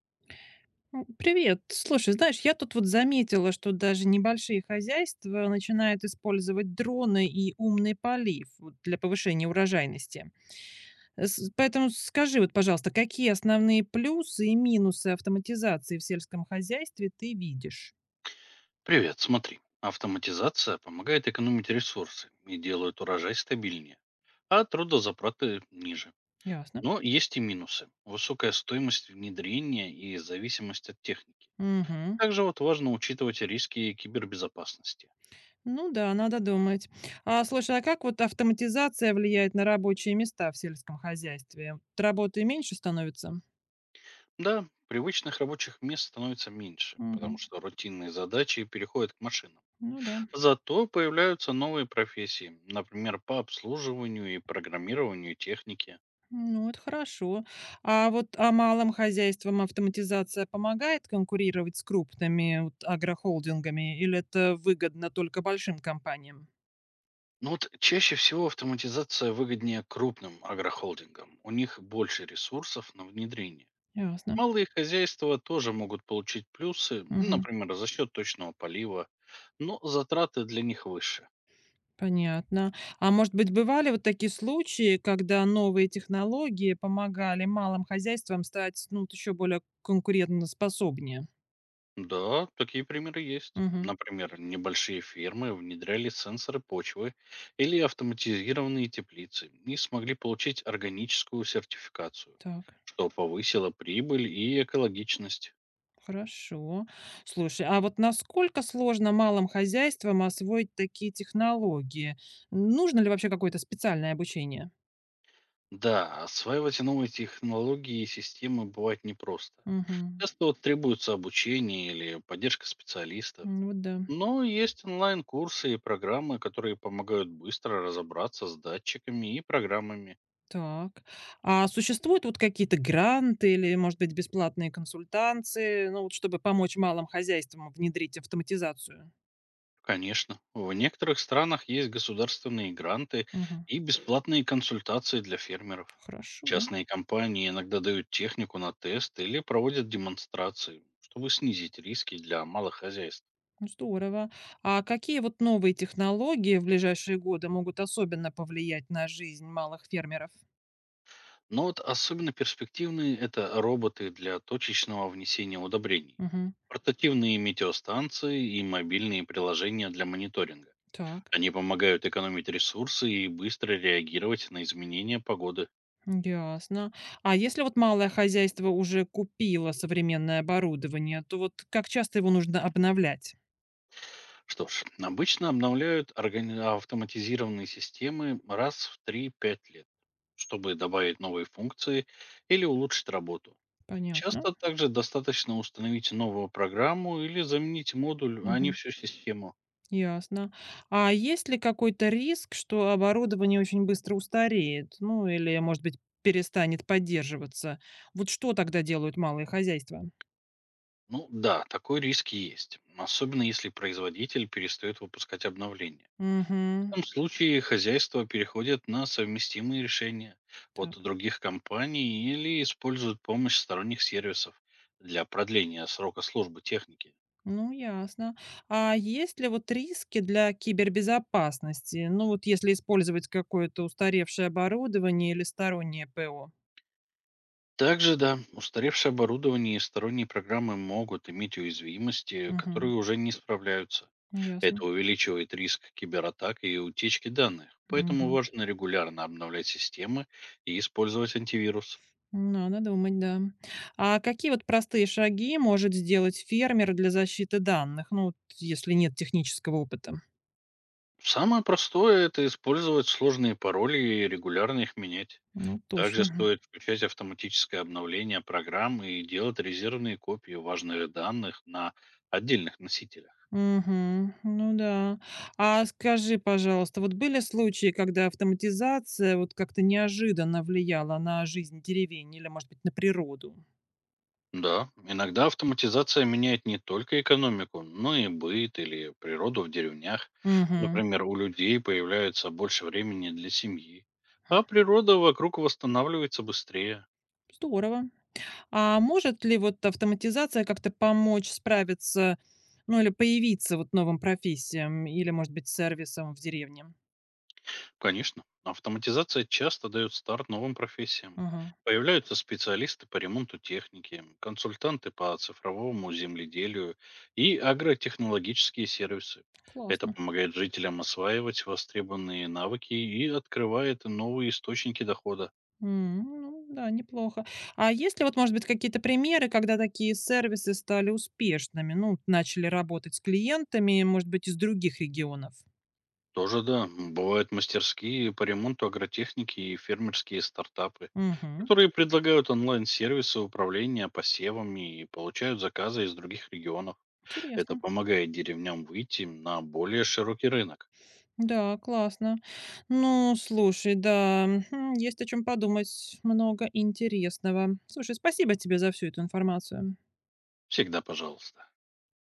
Привет. Слушай, знаешь, я тут вот заметила, что даже небольшие хозяйства начинают использовать дроны и умный полив вот, для повышения урожайности. Поэтому скажи вот, пожалуйста, какие основные плюсы и минусы автоматизации в сельском хозяйстве ты видишь? Привет, смотри. Автоматизация помогает экономить ресурсы и делает урожай стабильнее, а трудозатраты ниже. Ясно. Но есть и минусы. Высокая стоимость внедрения и зависимость от техники. Мгм. Также вот важно учитывать риски кибербезопасности. Ну да, надо думать. А слушай, а как вот автоматизация влияет на рабочие места в сельском хозяйстве? Вот работы меньше становится? Да, привычных рабочих мест становится меньше, потому Мгм. что рутинные задачи переходят к машинам. Ну да. Зато появляются новые профессии, например, по обслуживанию и программированию техники. Ну, это хорошо. А вот, а малым хозяйствам автоматизация помогает конкурировать с крупными вот агрохолдингами или это выгодно только большим компаниям? Ну вот чаще всего автоматизация выгоднее крупным агрохолдингам. У них больше ресурсов на внедрение. Ясно. Малые хозяйства тоже могут получить плюсы, ну, Мгм. например, за счет точного полива, но затраты для них выше. Понятно. А может быть, бывали вот такие случаи, когда новые технологии помогали малым хозяйствам стать, ну, вот еще более конкурентоспособнее? Да, такие примеры есть. Мгм. Например, небольшие фермы внедряли сенсоры почвы или автоматизированные теплицы и смогли получить органическую сертификацию, Так. что повысило прибыль и экологичность. Хорошо. Слушай, а вот насколько сложно малым хозяйствам освоить такие технологии? Нужно ли вообще какое-то специальное обучение? Да, осваивать новые технологии и системы бывает непросто. Мгм. Часто вот требуется обучение или поддержка специалистов. Ну вот да. Но есть онлайн-курсы и программы, которые помогают быстро разобраться с датчиками и программами. Так. А существуют вот какие-то гранты или, может быть, бесплатные консультанции, ну вот чтобы помочь малым хозяйствам внедрить автоматизацию? Конечно, в некоторых странах есть государственные гранты Мгм. и бесплатные консультации для фермеров. Хорошо. Частные компании иногда дают технику на тест или проводят демонстрации, чтобы снизить риски для малых хозяйств. Ну, здорово. А какие вот новые технологии в ближайшие годы могут особенно повлиять на жизнь малых фермеров? Но вот особенно перспективные — это роботы для точечного внесения удобрений, Мгм. портативные метеостанции и мобильные приложения для мониторинга. Так. Они помогают экономить ресурсы и быстро реагировать на изменения погоды. Ясно. А если вот малое хозяйство уже купило современное оборудование, то вот как часто его нужно обновлять? Что ж, обычно обновляют автоматизированные системы раз в три-пять лет, чтобы добавить новые функции или улучшить работу. Понятно. Часто также достаточно установить новую программу или заменить модуль, а не Мгм. всю систему. Ясно. А есть ли какой-то риск, что оборудование очень быстро устареет? Ну, или, может быть, перестанет поддерживаться? Вот что тогда делают малые хозяйства? Ну да, такой риск есть, особенно если производитель перестает выпускать обновления. В Угу. этом случае хозяйство переходит на совместимые решения от Так. других компаний или используют помощь сторонних сервисов для продления срока службы техники. Ну, ясно. А есть ли вот риски для кибербезопасности? Ну, вот если использовать какое-то устаревшее оборудование или стороннее ПО? Также, да, устаревшее оборудование и сторонние программы могут иметь уязвимости, которые Мгм. уже не справляются. Ясно. Это увеличивает риск кибератак и утечки данных, поэтому Мгм. важно регулярно обновлять системы и использовать антивирус. Надо думать, да. А какие вот простые шаги может сделать фермер для защиты данных? Ну, вот если нет технического опыта. Самое простое — это использовать сложные пароли и регулярно их менять. Ну, Также точно. стоит включать автоматическое обновление программ и делать резервные копии важных данных на отдельных носителях. Мгм. Ну да. А скажи, пожалуйста, вот были случаи, когда автоматизация вот как-то неожиданно влияла на жизнь деревень или, может быть, на природу? Да, иногда автоматизация меняет не только экономику, но и быт или природу в деревнях. Мгм. Например, у людей появляется больше времени для семьи, а природа вокруг восстанавливается быстрее. Здорово. А может ли вот автоматизация как-то помочь справиться, ну или появиться вот новым профессиям или, может быть, сервисом в деревне? Конечно. Автоматизация часто дает старт новым профессиям. Ага. Появляются специалисты по ремонту техники, консультанты по цифровому земледелию и агротехнологические сервисы. Это Классно. помогает жителям осваивать востребованные навыки и открывает новые источники дохода. Ну да, неплохо. А есть ли вот, может быть, какие-то примеры, когда такие сервисы стали успешными? Ну, начали работать с клиентами, может быть, из других регионов? Тоже да, бывают мастерские по ремонту агротехники и фермерские стартапы, Мгм. которые предлагают онлайн-сервисы управления посевами и получают заказы из других регионов. Это Интересно. помогает деревням выйти на более широкий рынок. Да, классно. Ну, слушай, да, есть о чем подумать. Много интересного. Слушай, спасибо тебе за всю эту информацию. Всегда пожалуйста.